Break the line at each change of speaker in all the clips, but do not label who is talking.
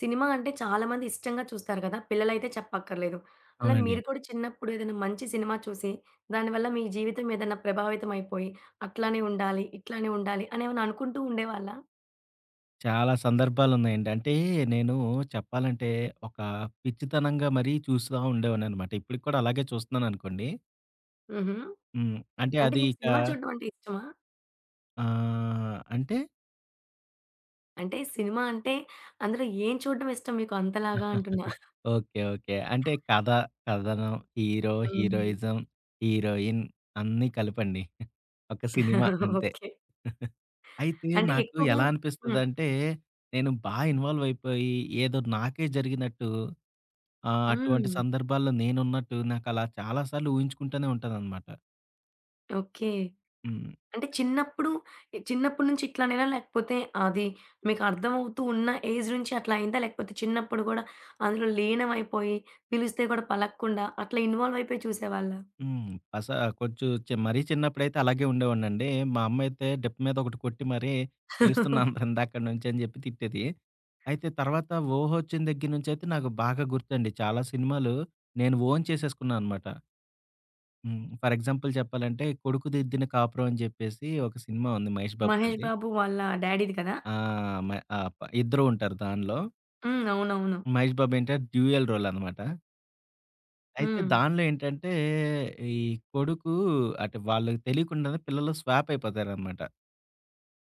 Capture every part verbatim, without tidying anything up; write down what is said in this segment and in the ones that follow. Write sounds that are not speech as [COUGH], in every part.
Cinema అంటే చాలామంది ఇష్టంగా చూస్తారు కదా! పిల్లలైతే చెప్పక్కర్లేదు. అలా
అవునండి.
మీరు కూడా చిన్నప్పుడు ఏదైనా మంచి సినిమా చూసి, దానివల్ల మీ జీవితం ఏదైనా ప్రభావితం అయిపోయి, అట్లానే ఉండాలి, ఇట్లానే ఉండాలి అనేమన్నా అనుకుంటూ ఉండేవాళ్ళా?
చాలా సందర్భాలున్నాయండి. అంటే నేను చెప్పాలంటే ఒక పిచ్చితనంగా మరీ చూస్తా ఉండేవాడిననమాట. ఇప్పటికి కూడా అలాగే చూస్తున్నాననుకోండి.
హుహు.
హ్మ్. అంటే
అంటే
అది
మీకు
ఇక
సినిమా చూడడం అంటే ఇష్టమా?
ఆహ్, అంటే.
అంటే సినిమా అంటే అందులో ఏం చూడడం ఇష్టం మీకు అంతలాగా అంటున్నా?
[LAUGHS] ఓకే. ఓకే. అంటే కథ, కథనం, హీరో,
హ్మ్.
హీరోయిజం, హీరోయిన్ అన్నీ కలిపండి. ఒక సినిమా
[LAUGHS]
అంతే.
ఓకే.
అయితే
అంటే
నాకు
ఎక్కువగా
ఎలా
హ్మ్.
అనిపిస్తదంటే, నేను బా ఇన్వాల్వ్ అయిపోయి ఏదో నాకే జరిగినట్టు ఆ! అటువంటి
హ్మ్.
సందర్భాల్లో నేనున్నట్టు నాకలా చాలా సార్లు ఊహించుకుంటూనే ఉంటాననమాట.
ఓకే.
హ్మ్.
అంటే చిన్నప్పుడు చిన్నప్పటి నుంచి ఇట్లానేనా? లేకపోతే అది మీకు అర్థమవుతూ ఉన్న ఏజ్ నుంచి అట్లా అయిందా? లేకపోతే చిన్నప్పుడు గూడా అందులో లీనమైపోయి, పిలిస్తే కూడా పలక్కుండా అట్లా ఇన్వాల్వ్ అయిపోయి చూసేవాళ్ళా?
హ్మ్. అస కొంచెం చె మరీ చిన్నప్పుడైతే అలాగే ఉండేవాడినండి. మా అమ్మయితే డెప్ మీద ఒకటి కొట్టి మరీ పిలుస్తున్నాను
[LAUGHS]
రండి అక్కడి నుంచి అని చెప్పి తిట్టేది. అయితే తర్వాత 'ఓహొచ్చిన' దగ్గర నుంచయితే నాకు బాగా గుర్తండి. చాలా సినిమాలు నేను ఓన్ చేసేసుకున్నా అనమాట. హ్మ్. ఫర్ ఎగ్జాంపుల్ చెప్పాలంటే 'కొడుకుదిద్దిన కాపురం' అని చెప్పేసి ఒక సినిమా ఉంది మహేష్ బాబు
'మహేష్
గారిది.
బాబు' వాళ్ళ డ్యాడీది కదా!
ఆ! మ ఆహ్, ప ఇద్దరు ఉంటారు దానిలో.
హ్మ్. అవునవును.
మహేష్ బాబు ఏంటంటే డ్యూయల్ రోల్ అనమాట. అయితే
హ్మ్.
దానిలో ఏంటంటే, ఈ కొడుకు అంటే వాళ్ళకి తెలియకుండానే పిల్లలు స్వాప్ అయిపోతారనమాట.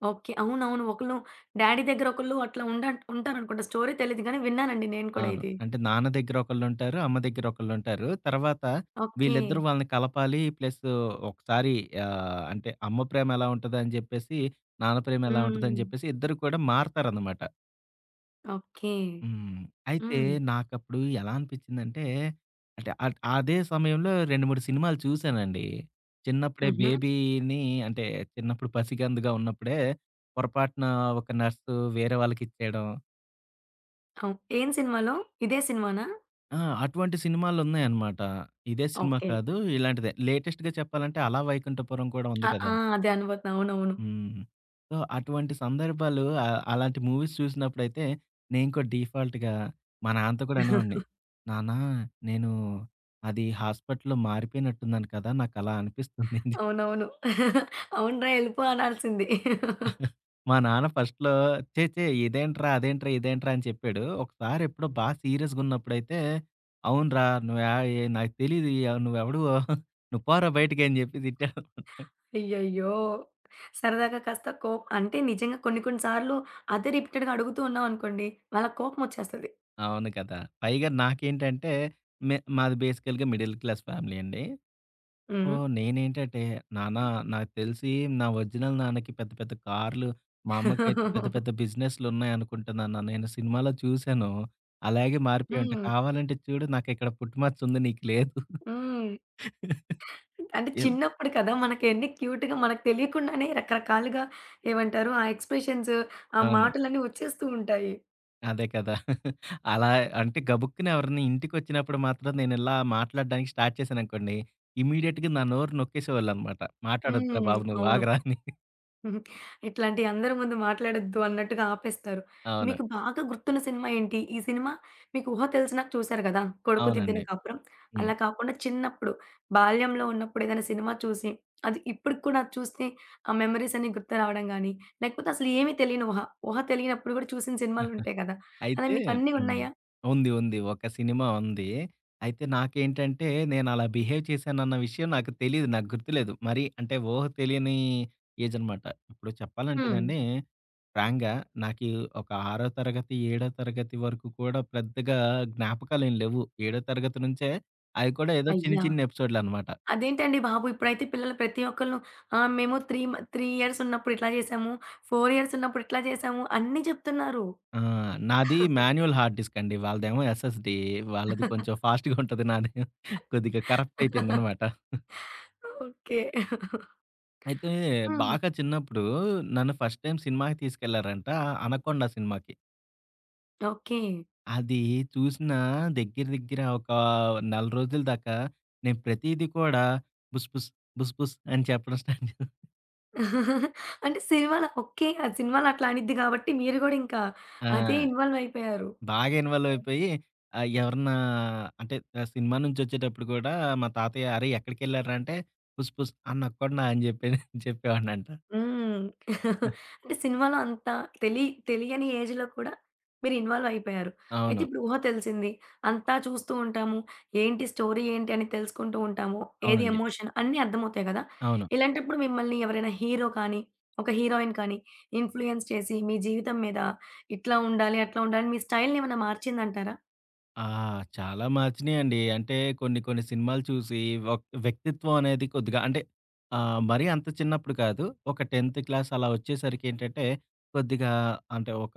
ఓకే. అవునవును. ఒకళ్ళు డ్యాడీ దగ్గర ఒకళ్ళు అట్లా ఉండ ఉంటారనుకుంటా. స్టోరీ తెలీదు గానీ విన్నానండి నేను కూడా
అవును.
ఇది.
అంటే నాన్న దగ్గర ఒకళ్ళుంటారు, అమ్మ దగ్గర ఒకళ్ళుంటారు. తర్వాత
ఓకే.
వీళ్ళిద్దరూ వాళ్ళని కలపాలి. ప్లస్ ఒకసారి ఆహ్, అంటే అమ్మ ప్రేమ ఎలా ఉంటదని చెప్పేసి, నాన్న ప్రేమ ఎలా ఉంటదని
హ్మ్.
చెప్పేసి ఇద్దరు కూడా మారతారనమాట.
ఓకే.
హ్మ్. అయితే
హ్మ్.
నాకప్పుడు ఎలా అనిపించిందంటే, అంటే అద్ అదే సమయంలో రెండు, మూడు సినిమాలు చూసానండి. చిన్నప్పుడే
హుహు.
బేబీని అంటే చిన్నప్పుడు పసికందుగా ఉన్నప్పుడే పొరపాటున ఒక నర్సు వేరే వాళ్ళకిచ్చేయడం.
అవు ఏం సినిమాలో? ఇదే సినిమానా?
ఆ! అటువంటి సినిమాలున్నాయన్నమాట. ఇదే సినిమా
ఓకే.
కాదు. ఇలాంటిదే. లేటెస్ట్‌గా చెప్పాలంటే 'అల వైకుంఠపురం' కూడా ఉంది
ఆ!
కదా!
ఆ! అదే అనుబోతున్నా. అవునవును.
హ్మ్. సో, అటువంటి సందర్భాలు ఆహ్, అలాంటి మూవీస్ చూసినప్పుడైతే నేను కూడా డిఫాల్ట్‌గా మా నాన్నతో కూడా అనేవాడిని. నాన్న, నేను అది హాస్పిటల్‌లో మారిపోయినట్టున్నాను కదా! నాకలా అనిపిస్తుంది అని.
అవునవును. అవునురా ఎళ్ళిపో అనాల్సింది.
మా నాన్న ఫస్ట్‌లో "ఛే! ఛే! ఇదేంట్రా, అదేంట్రా, ఇదేంట్రా" అని చెప్పాడు. ఒకసారి ఎప్పుడో బా సీరియస్‌గా ఉన్నప్పుడైతే "అవునురా నువ్వు యా ఏ నాకు తెలీదు ఆహ్, నువ్వెవడివో నువ్వు పోరా బయటికి" అని చెప్పి తిట్టాడు.
అయ్యయ్యో! సరదాగా కాస్త కోప్ అంటే నిజంగా కొన్ని కొన్ని సార్లు అదే రిపీటెడ్‌గా అడుగుతూ ఉన్నామనుకోండి, వాళ్ళకి కోపమొచ్చేస్తది.
అవును కదా! పైగా నాకేంటంటే, మే మాది బేసికల్‌గా మిడిల్ క్లాస్ ఫ్యామిలీ అండి. సో,
హ్మ్.
నేనేంటంటే, నాన్న నాకు తెలిసి నా ఒరిజినల్ నాన్నకి పెద్ద పెద్ద కార్లు, మా అమ్మకైతే పెద్ద పెద్ద బిజినెస్‌లున్నాయనుకుంటా నాన్న. నేను సినిమాలో చూసాను. అలాగే మారిపోయి ఉంటా.
హ్మ్.
కావాలంటే చూడు నాకిక్కడ పుట్టుమచ్చఉంది నీకు లేదు.
హ్మ్. అంటే
ఇలా
చిన్నప్పుడు కదా! మనకెన్ని క్యూట్‌గా మనకు తెలియకుండానే రకరకాలుగా ఏమంటారు? ఆ ఎక్స్‌ప్రెషన్స్, ఆ
అవును.
మాటలన్నీ వచ్చేస్తూ ఉంటాయి.
అదే కదా! [LAUGHS] అలా అంటే గబుక్కున ఎవరైనా ఇంటికొచ్చినప్పుడు మాత్రం నేనిలా మాట్లాడడానికి స్టార్ట్ చేశాననుకోండి, ఇమ్మీడియేట్‌గా నా నోరు నొక్కేసేవాళ్ళనమాట. మాట్లాడొద్దురా
హ్మ్.
బాబు నువ్వు
అవును.
ఆగరా అని.
హుహు. ఇట్లాంటియి అందరి ముందు మాట్లాడొద్దు అన్నట్టుగా ఆపేస్తారు.
అవును.
మీకు బాగా గుర్తున్న సినిమా ఏంటి? ఈ సినిమా మీకు ఊహ తెలిసినాక చూసారు గదా! 'కొడుకుదిద్దిన
అవునండి.
కాపురం.'
హ్మ్.
అలా కాకుండా చిన్నప్పుడు బాల్యంలో ఉన్నప్పుడు ఏదైనా సినిమా చూసి, అది ఇప్పటికి కూడా అది చూస్తే ఆ మెమోరీస్ అన్నీ గుర్తు రావడం గానీ, లేకపోతే అసలు ఏమీ తెలియని ఊహ, ఊహ తెలియనప్పుడు గూడా చూసిన సినిమాలుంటాయి గదా! అలా
అయితే
మీకన్నీ
హ్మ్.
ఉన్నాయా?
ఉంది. ఉంది. ఒక సినిమా ఉంది. అయితే నాకేంటంటే నేనలా బిహేవ్ చేశానన్న విషయం నాకు తెలీదు. నాకు గుర్తులేదు. మరి అంటే ఊహ తెలియని ఏజ్ అనమాట. ఇప్పుడు
హ్మ్.
చెప్పాలంటేనండి ఫ్రాంక్‌గా నాకు ఒక ఆరో తరగతి, ఏడో తరగతి వరకు కూడా పెద్దగా జ్ఞాపకాలేం లేవు. ఏడో తరగతి నుంచే అవి కూడా ఏదో చిన్న
అయ్యా!
చిన్న ఎపిసోడ్‌లనమాట.
అదేంటండి బాబు! ఇప్పుడైతే పిల్లలు ప్రతి ఒక్కళ్ళు ఆహ్, మేము 3 మ మూడు ఇయర్స్ ఉన్నప్పుడు ఇట్లా చేశాము. నాలుగు ఇయర్స్ ఉన్నప్పుడు ఇట్లా చేశాము. అన్నీ చెప్తున్నారు.
ఆ! నాది మాన్యువల్ హార్డ్ డిస్క్ అండి. వాళ్ళదేమో ఎస్ఎస్‌డి, వాళ్ళది కొంచెం ఫాస్ట్‌గా ఉంటది. నాది కొద్దిగా కరప్ట్ అయిపోయిందనమాట.
ఓకే.
అయితే
హ్మ్.
బాగా చిన్నప్పుడు నన్ను ఫస్ట్ టైమ్ సినిమాకి తీసుకెళ్లారంట. 'అనకొండ' సినిమాకి.
ఓకే.
అది చూసిన దగ్గర దగ్గర ఒక నెల రోజుల దాకా నేను ప్రతీది కూడా బుస్ బుస్, బుస్ బుస్ అని చెప్పడం స్టార్ట్ చే
[LAUGHS] అంటే సినిమాలో ఓకే. ఆ సినిమాలో అట్లా అనిద్ది కాబట్టి మీరు గూడా ఇంకా
ఆ!
అదే ఇన్వాల్వ్ అయిపోయారు.
బాగా ఇన్వాల్వ్ అయిపోయి ఆహ్, ఎవరన్నా అంటే ఆ, సినిమా నుంచి వచ్చేటప్పుడు కూడా మా తాతయ్య "అరేయ్! ఎక్కడికెళ్లారురా" అంటే "పుస్ పుస్ అనకొండ" అని చెప్పి చెప్పేవాడినంట.
హ్మ్. [LAUGHS] అంటే సినిమాలో అంత తెలి తెలియని ఏజ్‌లో కూడా మీరు ఇన్వాల్వ్ అయిపోయారు. అయితే
అవును.
ఇప్పుడు ఊహ తెలిసింది. అంతా చూస్తూ ఉంటాము. ఏంటి స్టోరీ ఏంటి అని తెలుసుకుంటూ ఉంటాము. ఏది
అవునండి.
ఎమోషన్ అన్నీ అర్థమవుతాయి గదా!
అవును.
ఇలాంటప్పుడు మిమ్మల్ని ఎవరైనా హీరో కానీ, ఒక హీరోయిన్ కానీ ఇన్‌ఫ్లూయెన్స్ చేసి మీ జీవితం మీద ఇట్లా ఉండాలి, అట్లా ఉండాలి మీ స్టైల్‌ని ఏమైనా మార్చిందంటారా?
ఆ! చాలా మార్చినియండి. అంటే కొన్ని కొన్ని సినిమాలు చూసి వక్ వ్యక్తిత్వం అనేది కొద్దిగా అంటే ఆహ్, మరీ అంత చిన్నప్పుడు కాదు. ఒక పదో క్లాస్ అలా వచ్చేసరికేంటంటే, కొద్దిగా అంటే ఒక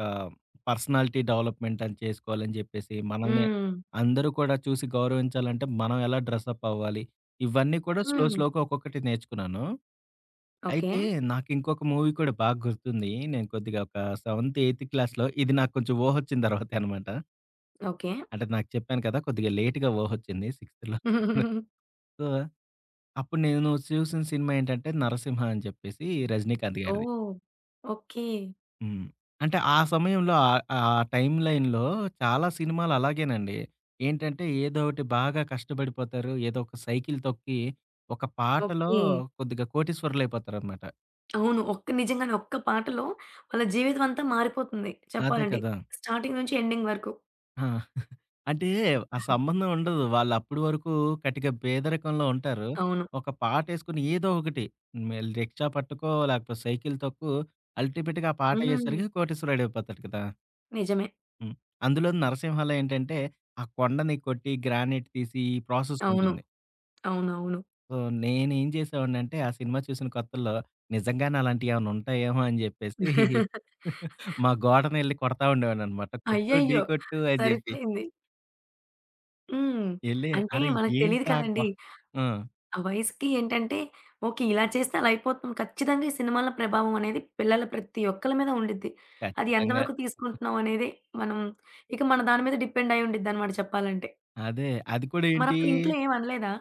పర్సనాలిటీ డెవలప్‌మెంట్ అని చేసుకోవాలని జెప్పేసి, మనల్ని
హ్మ్.
అందరూ కూడా చూసి గౌరవించాలంటే మనం ఎలా డ్రెసప్ అవ్వాలి, ఇవన్నీ కూడా స్లో
హ్మ్.
స్లోగా ఒక్కొక్కటి నేర్చుకున్నాను.
ఓకే.
అయితే నాకింకొక మూవీ కూడా బాగా గుర్తుంది. నేను కొద్దిగా ఒక సెవెంత్, ఎయిత్ క్లాస్‌లో ఇది నాకు కొంచెం ఊహొచ్చిన తర్వాతే అనమాట.
ఓకే.
అంటే నాకు చెప్పాను కదా! కొద్దిగా లేట్‌గా ఊహొచ్చింది. సిక్స్త్‌లో.
[LAUGHS]
సో, అప్పుడు నేను చూసిన సినిమా ఏంటంటే 'నరసింహ' అని చెప్పేసి 'రజనీకాంత్' గారిది.
ఓహ్! ఓకే.
హ్మ్. అంటే ఆ సమయంలో ఆహ్, ఆ టైమ్ లైన్‌లో చాలా సినిమాలు అలాగేనండి. ఏంటంటే ఏదో ఒకటి బాగా కష్టపడిపోతారు. ఏదో ఒక సైకిల్ తొక్కి ఒక పాటలో
ఓకే.
కొద్దిగా కోటీశ్వరులయిపోతారనమాట.
అవును. ఒక్క నిజంగానే ఒక్క పాటలో వాళ్ళ జీవితం అంతా మారిపోతుంది
అదే
చెప్పాలంటే.
కదా!
స్టార్టింగ్ నుంచి ఎండింగ్ వరకు.
ఆ! అంటే ఆ సంబంధం ఉండదు. వాళ్ళప్పుడు వరకు కటిక పేదరికంలో ఉంటారు.
అవును.
ఒక పాటేసుకొని ఏదో ఒకటి మే రిక్షా పట్టుకో, లేకపోతే సైకిల్ తొక్కు అల్టిమేట్‌గా ఆ పాట
హ్మ్.
అయ్యేసరికి కోటీశ్వరుడైపోతాడు కదా!
నిజమే.
హ్మ్. అందులోను నరసింహాలో ఏంటంటే, ఆ కొండని కొట్టి గ్రానైట్ తీసి ఈ ప్రాసెస్
అవును.
ఉంటుంది.
అవునవును.
సో, నేనేం చేసేవాడినంటే ఆ సినిమా చూసిన కొత్తల్లో నిజంగానే అలాంటియేమన్నా ఉంటాయేమో అని చెప్పేసి మా గోడనెళ్లి కొడతా ఉండేవాడిననమాట. కొట్టు, ఢీ
అయ్యయ్యో!
కొట్టు అని చెప్పి.
సరిపోయింది. హ్మ్.
ఎళ్లి
అంటే
అరేయ్!
మనకు తెలీదు
ఏంట్రా గొ
కదండీ.
ఆ!
ఆ వయసుకి ఏంటంటే ఓకే. ఇలా చేస్తే అలా అయిపోతాం. ఖచ్చితంగా ఈ సినిమాల ప్రభావం అనేది పిల్లల ప్రతి ఒక్కళ్ళ మీద ఉండిద్ది. అది
ఖచ్చితంగా.
ఎంతవరకు తీసుకుంటున్నాం అనేది మనం ఇక మన దాని మీద డిపెండ్ అయ్యి ఉండిద్దనమాట చెప్పాలంటే.
అదే. అది కూడా ఏంటి
మరప్పుడు ఇంట్లో ఏమి అనలేదా?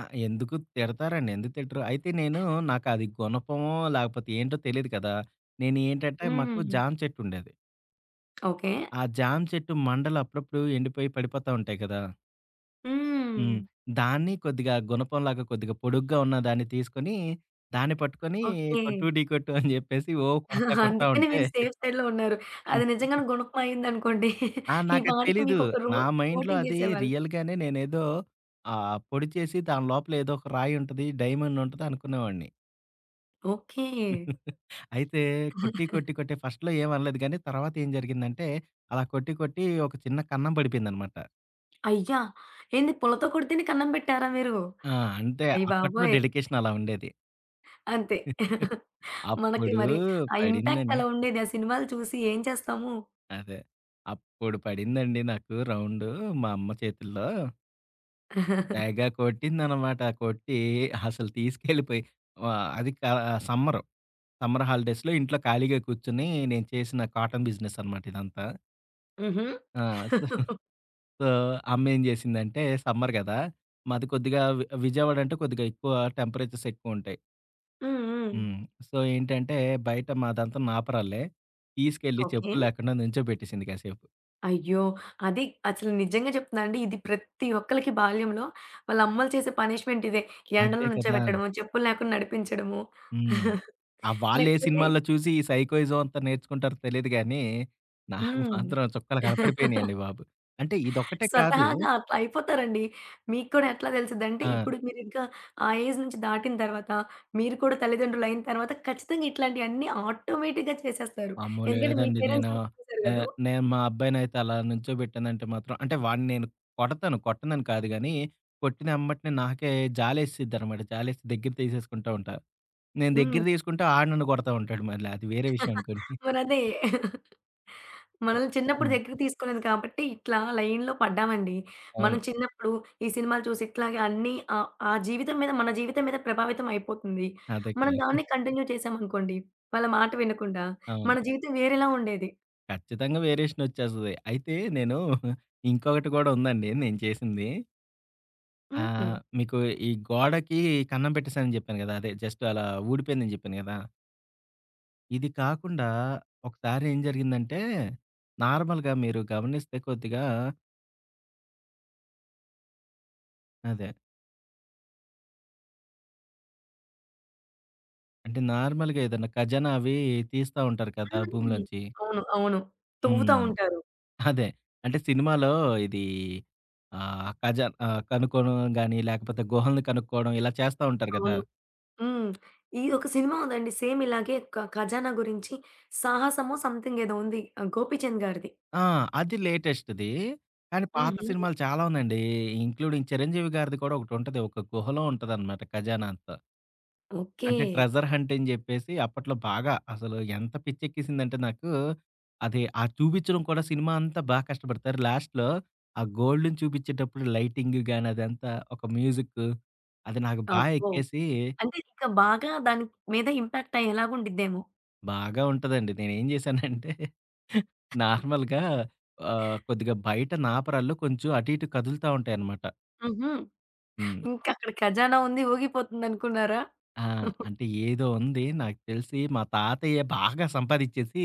ఆ! ఎందుకు తిడతారండి. ఎందుకు తిట్టరు. అయితే నేను నాకది గుణపమో లేకపోతే ఏంటో తెలీదు కదా! నేను ఏంటంటే మాకు
హ్మ్.
జామ చెట్టుండేది.
ఓకే.
ఆ జామ చెట్టు మండలు అప్పుడప్పుడు ఎండిపోయి పడిపోతా ఉంటాయి కదా!
హ్మ్.
హ్మ్. దాన్ని కొద్దిగా గుణపంలాగా కొద్దిగా పొడుగ్గా ఉన్న దాన్ని తీసుకొని దాన్ని పట్టుకొని
ఓకే.
కొట్టు, ఢీకొట్టు అని చెప్పేసి ఓ కొడతా కొడతా
అందుకనే
ఉంటే
మీరు సేఫ్ సైడ్‌లో ఉన్నారు. అది నిజంగానే గుణపం అయిందనుకోండి.
ఆ!
ఈ
నాకది
పాటికి
తెలీదు.
మీకొక రో
నా మైండ్‌లో అది
కోటింగేసేవాళ్ళు.
రియల్‌గానే నేనేదో ఆహ్, పొడి చేసి దాని లోపల ఏదో ఒక రాయి ఉంటది, డైమండ్ ఉంటది అనుకునేవాడిని.
ఓకే.
అయితే కొట్టి, కొట్టి, కొట్టి ఫస్ట్‌లో ఏం అనలేదు గానీ తర్వాత ఏం జరిగిందంటే, అలా కొట్టి, కొట్టి ఒక చిన్న కన్నం పడిపోయిందనమాట.
అయ్యా! ఏంది పులతో కొడితేనే కన్నం పెట్టారా మీరు?
ఆ! అంతే అప్పట్లో
అయ్యబాబోయ్!
డెడికేషన్ అలా ఉండేది.
అంతే. మనకి
అప్పుడు
మరి ఆ ఇంపాక్ట్
పడిందండి.
అలా ఉండేది. ఆ సినిమాలు చూసి ఏం చేస్తాము?
అదే. అప్పుడు పడిందండి నాకు రౌండు మా అమ్మ చేతుల్లో. తెగ కొట్టిందనమాట. కొట్టి అసలు తీసుకెళ్ళిపోయి ఆహ్, అది కా సమ్మరు. సమ్మర్ హాలిడేస్‌లో ఇంట్లో ఖాళీగా కూర్చొని నేను చేసిన కాటన్ బిజినెస్ అనమాట ఇదంతా.
హుహు.
ఆ! సో, సో అమ్మేం జేసిందంటే సమ్మర్ గదా! మాది కొద్దిగా వి విజయవాడ అంటే కొద్దిగా ఎక్కువ టెంపరేచర్స్ ఎక్కువుంటాయి.
హ్మ్. హ్మ్.
హ్మ్. సో, ఏంటంటే బయట మాదంతా నాపరాళ్ళే. తీసుకెళ్ళి
ఓకే.
చెప్పులు లేకుండా నుంచోబెట్టేసింది కాసేపు.
అయ్యో! అది అసలు నిజంగా చెప్తున్నానండి. ఇది ప్రతి ఒక్కళ్ళకి బాల్యంలో వాళ్ళ అమ్మలు చేసే పనిష్మెంట్ ఇదే. ఎండలో
అంతే కదా!
నుంచోబెట్టడము, చెప్పులు లేకుండా నడిపించడము.
హ్మ్.
[LAUGHS]
ఆ వాళ్ళే
లేకపోతే
సినిమాల్లో చూసి ఈ సైకోయిజం అంతా నేర్చుకుంటారో తెలీదు గానీ, నాకు
హ్మ్.
మాత్రం చుక్కలు కనపడిపోయినియండి బాబు. అంటే ఇదొక్కటే కాదు.
స్వతహాగా అట్లా అయిపోతారండి. మీకు కూడా ఎట్లా తెలిసిద్దంటే,
ఆ!
ఇప్పుడు మీరింకా ఆ ఏజ్ నుంచి దాటిన తర్వాత, మీరు కూడా తల్లిదండ్రులు అయిన తర్వాత ఖచ్చితంగా ఇట్లాంటియన్నీ ఆటోమేటిక్‌గా చేసేస్తారు.
అమ్మో!
ఎందుకంటే మీ
లేదండి నేను
పేరెంట్స్ నుంచి చూసారు
నే
కదూ!
నేను మా అబ్బాయినైతే అలా నించోబెట్టానంటే మాత్రం అంటే వాడిని నేను కొడతాను, కొట్టనని కాదు గానీ, కొట్టిన ఎంబటనే నాకే జాలేసిద్దనమాట. జాలేసి దగ్గర తీసేసుకుంటా ఉంటా. నేను దగ్గర
హ్మ్.
తీసుకుంటే ఆడు నన్ను కొడతా ఉంటాడు మళ్ళీ. అది వేరే విషయం అనుకోండి.
[LAUGHS] మరదే.
సో
మనల్ని చిన్నప్పుడు
హ్మ్.
దగ్గరికి తీసుకోలేదు కాబట్టి, ఇట్లా లైన్‌లో పడ్డామండి. మనం
అవును.
చిన్నప్పుడు ఈ సినిమాలు చూసి ఇట్లాగే అన్నీ ఆహ్, ఆ జీవితం మీద మన జీవితం మీద ప్రభావితం అయిపోతుంది.
అదే కదా!
మనం దాన్ని కంటిన్యూ చేశామనుకోండి, వాళ్ళ మాట వినకుండా
అవును.
మన జీవితం వేరేలా ఉండేది.
ఖచ్చితంగా వేరియేషనొచ్చేస్తది. అయితే నేను ఇంకొకటి గూడా ఉందండి నేను చేసింది.
హ్మ్.
ఆహ్,
హ్మ్.
మీకు ఈ గోడకి కన్నం పెట్టేసానని జెప్పాను గదా! అదే జస్ట్ అలా ఊడిపోయిందని జెప్పాను గదా! ఇది కాకుండా ఒకసారి ఏం జరిగిందంటే, నార్మల్‌గా మీరు గమనిస్తే కొద్దిగా అదే. అంటే నార్మల్‌గా ఏదన్నా ఖజానా అవి తీస్తా ఉంటారు కదా! భూమిలోంచి.
అవును. అవును. తవ్వుతా
హ్మ్.
ఉంటారు.
అదే. అంటే సినిమాలో ఇది ఆహ్, ఖజాన్ ఆహ్, కనుక్కోవడం గాని, లేకపోతే గుహలను కనుక్కోవడం ఇలా చేస్తా ఉంటారు గదా!
అవును. హ్మ్. ఈ ఒక సినిమా ఉందండి. సేమ్ ఇలాగే క ఖజానా గురించి 'సాహసమో' సంథింగ్ ఏదో ఉంది. ఆహ్, 'గోపీచంద్' గారిది.
ఆ! అది లేటెస్ట్‌ది. కానీ పాత
హుహు.
సినిమాలు చాలా ఉందండి. ఇంక్లూడింగ్ 'చిరంజీవి' గారిది కూడా ఒకటుంటది. ఒక గుహలో ఉంటదనమాట ఖజానా అంతా.
ఓకే.
అంటే ట్రెజర్ హంట్ అని జెప్పేసి అప్పట్లో బాగా అసలు ఎంత పిచ్చెక్కేసిందంటే నాకు, అది ఆ చూపిచ్చడం కూడా సినిమా అంతా బా కష్టపడతారు. లాస్ట్‌లో ఆ గోల్డ్‌ని చూపిచ్చేటప్పుడు లైటింగ్ గాని అదంతా ఒక మ్యూజిక్ అది నాకు బా
అబ్బో!
ఎక్కేసి
అంటే ఇంక బాగా దాని మీద ఇంపాక్ట్ అయ్యేలాగా ఉండిద్దేమో.
బాగా ఉంటదండి. నేనేం జేశానంటే నార్మల్‌గా ఆహ్, కొద్దిగా బయట నాపరాళ్ళు కొంచెం అటు ఇటు కదులుతా ఉంటాయన్నమాట.
హుహు.
హ్మ్.
ఇంకక్కడ ఖజానా ఉంది ఊగిపోతుందనుకున్నారా?
ఆ! అంటే ఏదో ఉంది నాకు తెలిసి మా తాతయ్య బాగా సంపాదిచ్చేసి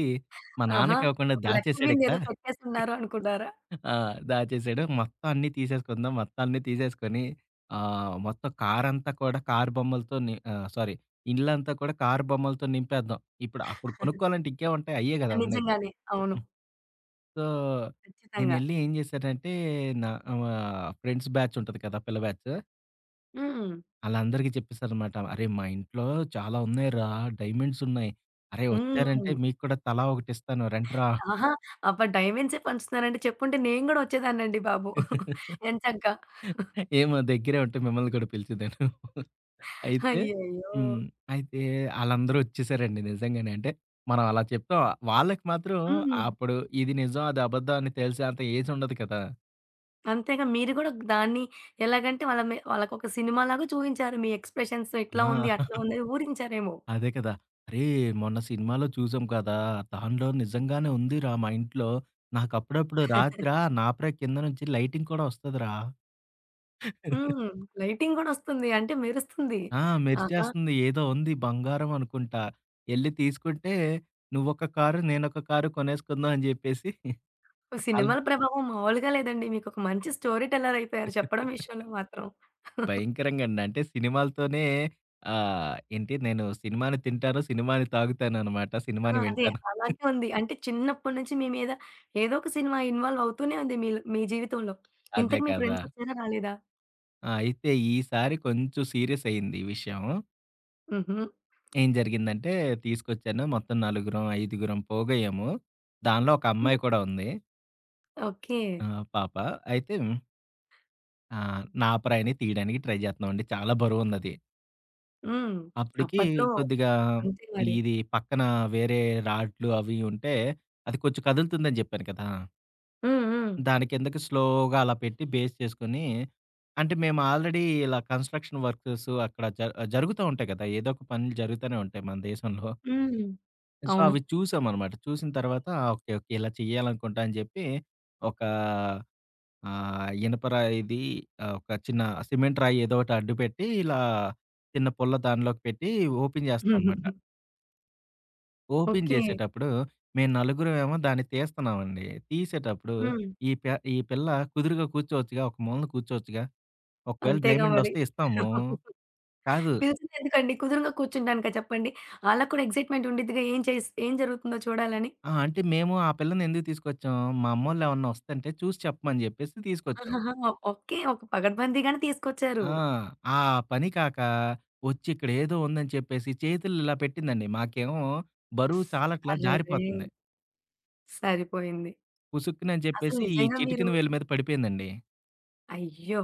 మా
ఆహా!
నాన్నకివ్వకుండా
ఒక లక్కీ [LAUGHS] విన్ ఏదో
దాచేసాడిక్కడ.
పెట్టేసున్నారు అనుకున్నారా?
ఆ! దాచేసాడు. మొత్తం అన్నీ తీసేసుకుందాం. మొత్తం అన్నీ తీసేసుకొని ఆహ్, మొత్తం కారంతా కూడా కారు బొమ్మలతో ని ఆహ్, సారీ ఇల్లంతా కూడా కారు బొమ్మలతో నింపేద్దాం. ఇప్పుడు అప్పుడు
[LAUGHS]
కొనుక్కోవాలంటే ఇంకేముంటాయి అయ్యే గదా! ఉండేది.
నిజంగానే. అవును.
సో,
ఖచ్చితంగా.
నేనెళ్లి ఏం జేశానంటే, నా ఆహ్, ఫ్రెండ్స్ బ్యాచ్ ఉంటది కదా! పిల్ల బ్యాచ్.
హ్మ్.
ఆళ్ళందరికీ చెప్పేసాననమాట. "అరేయ్! మా ఇంట్లో చాలా ఉన్నాయిరా, డైమండ్స్ ఉన్నాయి. అరేయ్! వచ్చారంటే
హ్మ్.
మీకు కూడా తలా ఒకటిస్తాను రండిరా."
ఆహా! అబ్బా! డైమండ్సే పంచుతున్నారంటే చెప్పుంటే నేను గూడా వచ్చేదాన్నండి బాబు. [LAUGHS] ఎంచక్కా.
ఏమో దగ్గరే ఉంటే మిమ్మల్ని కూడా పిలిచేదాను. అయితే
అయ్యయ్యో!
హ్మ్. అయితే ఆళ్ళందరూ వచ్చేసారండి నిజంగానే. అంటే మనం అలా చెప్తాం. వాళ్ళకి మాత్రం
హ్మ్.
అప్పుడు ఇది నిజం, అది అబద్ధం అని తెలిసేంత ఏజ్ ఉండదు కదా!
అంతేగా మీరు గూడా దాన్ని ఎలాగంటే వాళ్ళ మే వాళ్ళకొక సినిమాలాగా చూయించారు. మీ ఎక్స్‌ప్రెషన్స్ ఇట్లా ఉంది, అట్లా
ఆ!
ఉంది అని ఊరించారేమో.
అదే కదా! "అరేయ్! మొన్న సినిమాలో చూసాం కదా! దానిలో నిజంగానే ఉందిరా మా ఇంట్లో. నాకప్పుడప్పుడు రాత్రా నాపరే కింద నుంచి లైటింగ్ కూడా వస్తదిరా.
హ్మ్. లైటింగ్ గూడొస్తుంది. అంటే మెరుస్తుంది.
ఆ!
ఆహా!
మెరిసేస్తుంది. ఏదో ఉంది బంగారం అనుకుంటా. ఎళ్లి తీసుకుంటే నువ్వొక కారు, నేనొక కారు కొనేసుకుందాం" అని జెప్పేసి అలా
సినిమాల ప్రభావం మామూలుగా లేదండి. మీకొక మంచి స్టోరీ టెల్లర్ అయిపోయారు చెప్పడం విషయంలో మాత్రం. [LAUGHS]
భయంకరంగండి. అంటే సినిమాలతోనే ఆహ్, ఏంటి నేను సినిమాని తింటాను, సినిమాని తాగుతాననమాట.
ఆ!
సినిమాని
అదే.
వింటాను.
అలాగే ఉంది. అంటే చిన్నప్పటి నుంచి మీ మీద ఏదో ఒక సినిమా ఇన్వాల్వ్ అవుతూనే ఉంది మీల్ మీ జీవితంలో.
అదే
ఇంతకి మీ
కదా!
ఫ్రెండ్సొచ్చారా? రాలేదా?
ఆ! అయితే ఈసారి కొంచెం సీరియస్ అయింది ఈ విషయం.
హుహు.
ఏం జరిగిందంటే తీసుకొచ్చాను. మొత్తం నలుగురం, ఐదుగురం పోగయ్యాము. దానిలో ఒక
హ్మ్.
అమ్మాయి కూడా ఉంది.
ఓకే.
ఆహ్, పాప. అయితే ఆహ్, నాపరాయిని తీయడానికి ట్రై చేస్తున్నామండి. చాలా బరువున్నది.
హ్మ్.
అప్పటికి
అప్పట్లో
కొద్దిగా
అంతే మరి.
ఇది పక్కన వేరే రాడ్లు అవి ఉంటే అది కొంచెం కదులుతుందని చెప్పాను కదా!
హ్మ్. హ్మ్.
దాని కిందకి స్లోగా అలా పెట్టి బేస్ చేసుకొని అంటే మేము ఆల్రెడీ ఇలా కన్‌స్ట్రక్షన్ వర్క్స్ అక్కడ జ జరుగుతా ఉంటాయి కదా! ఏదో ఒక పనులు జరుగుతూనే ఉంటాయి మన దేశంలో.
హ్మ్.
సో,
అవును.
అవి చూసామనమాట. చూసిన తర్వాత ఓకే. ఓకే. ఇలా చేయాలనుకుంటా అని చెప్పి ఒక ఆహ్, ఇనప రాయిది, ఆహ్, ఒక చిన్న సిమెంట్ రాయి ఏదో ఒకటి అడ్డుపెట్టి ఇలా చిన్న పుల్ల దానిలోకి పెట్టి ఓపెన్ చేస్తామనమాట.
[LAUGHS]
Open
okay.
జేసేటప్పుడు, మేము నలుగురమేమో దాన్ని తీస్తున్నామండి. తీసేటప్పుడు
హ్మ్.
ఈ ప ఈ పిల్ల కుదురుగా కూర్చోవచ్చుగా, ఒక మూలన కూర్చోవచ్చుగా. ఒకవేళ
అంతేగా మరి.
డైమండొస్తే ఇస్తాము. కాదు.
పిలిచిందెందుకండి? కుదురుగా కూర్చుంటానికా చెప్పండి? ఆళ్ళకి కూడా ఎక్సైట్‌మెంట్ ఉండిద్దిగా ఏం చేస్ ఏం జరుగుతుందో చూడాలని.
ఆ! అంటే మేము ఆ పిల్లని ఎందుకు తీసుకొచ్చాం, మా అమ్మోళ్ళేమన్నా వస్తంటే చూసి చెప్పమని జెప్పేసి తీసుకొచ్చాం.
ఆహాహా! ఓకే. ఒక పగడ్బందీగానే తీసుకొచ్చారు.
ఆ! ఆ పని కాక వచ్చి ఇక్కడేదో ఉందని చెప్పేసి చేతుల్లిలా పెట్టిందండి. మాకేమో బరువు చాలట్లా
అరెరే!
జారిపోతుంది.
సరిపోయింది.
పుసుక్కునని
అసలు
జెప్పేసి ఈ
నిజంగా మీరు
చిటికెన వేలు మీద పడిపోయిందండి.
అయ్యో!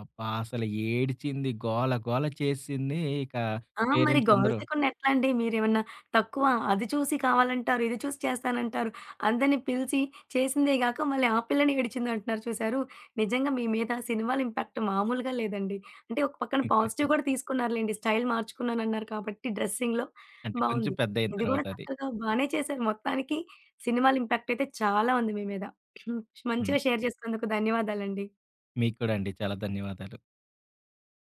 అబ్బా! అసలు ఏడిచింది, గోల గోల చేసింది ఇక
ఆ! మరి
పేరెంట్స్ అందరూ.
గోల్సేకుండా ఎట్లా అండి? మీరేమన్నా తక్కువ అది చూసి కావాలంటారు, ఇది చూసి చేస్తానంటారు. అందరిని పిలిచి చేసిందే గాక మళ్ళీ ఆ పిల్లని ఏడిచిందంటున్నారు చూసారు. నిజంగా మీ మీద సినిమాల ఇంపాక్ట్ మామూలుగా లేదండి. అంటే ఒక పక్కన పాజిటివ్ కూడా తీసుకున్నారులెండి. స్టైల్ మార్చుకున్నానన్నారు కాబట్టి డ్రెస్సింగ్‌లో
అంటే కొంచెం
బావుంది.
పెద్దయిన
ఇది గూడా
తర్వాతది.
చక్కగా బానే చేశారు. మొత్తానికి సినిమాల ఇంపాక్ట్ అయితే చాలా ఉంది మీ మీద.
హ్మ్.
మంచిగా షేర్ చేసుకున్నందుకు ధన్యవాదాలండి.
మీకు కూడా అండి. చాలా ధన్యవాదాలు.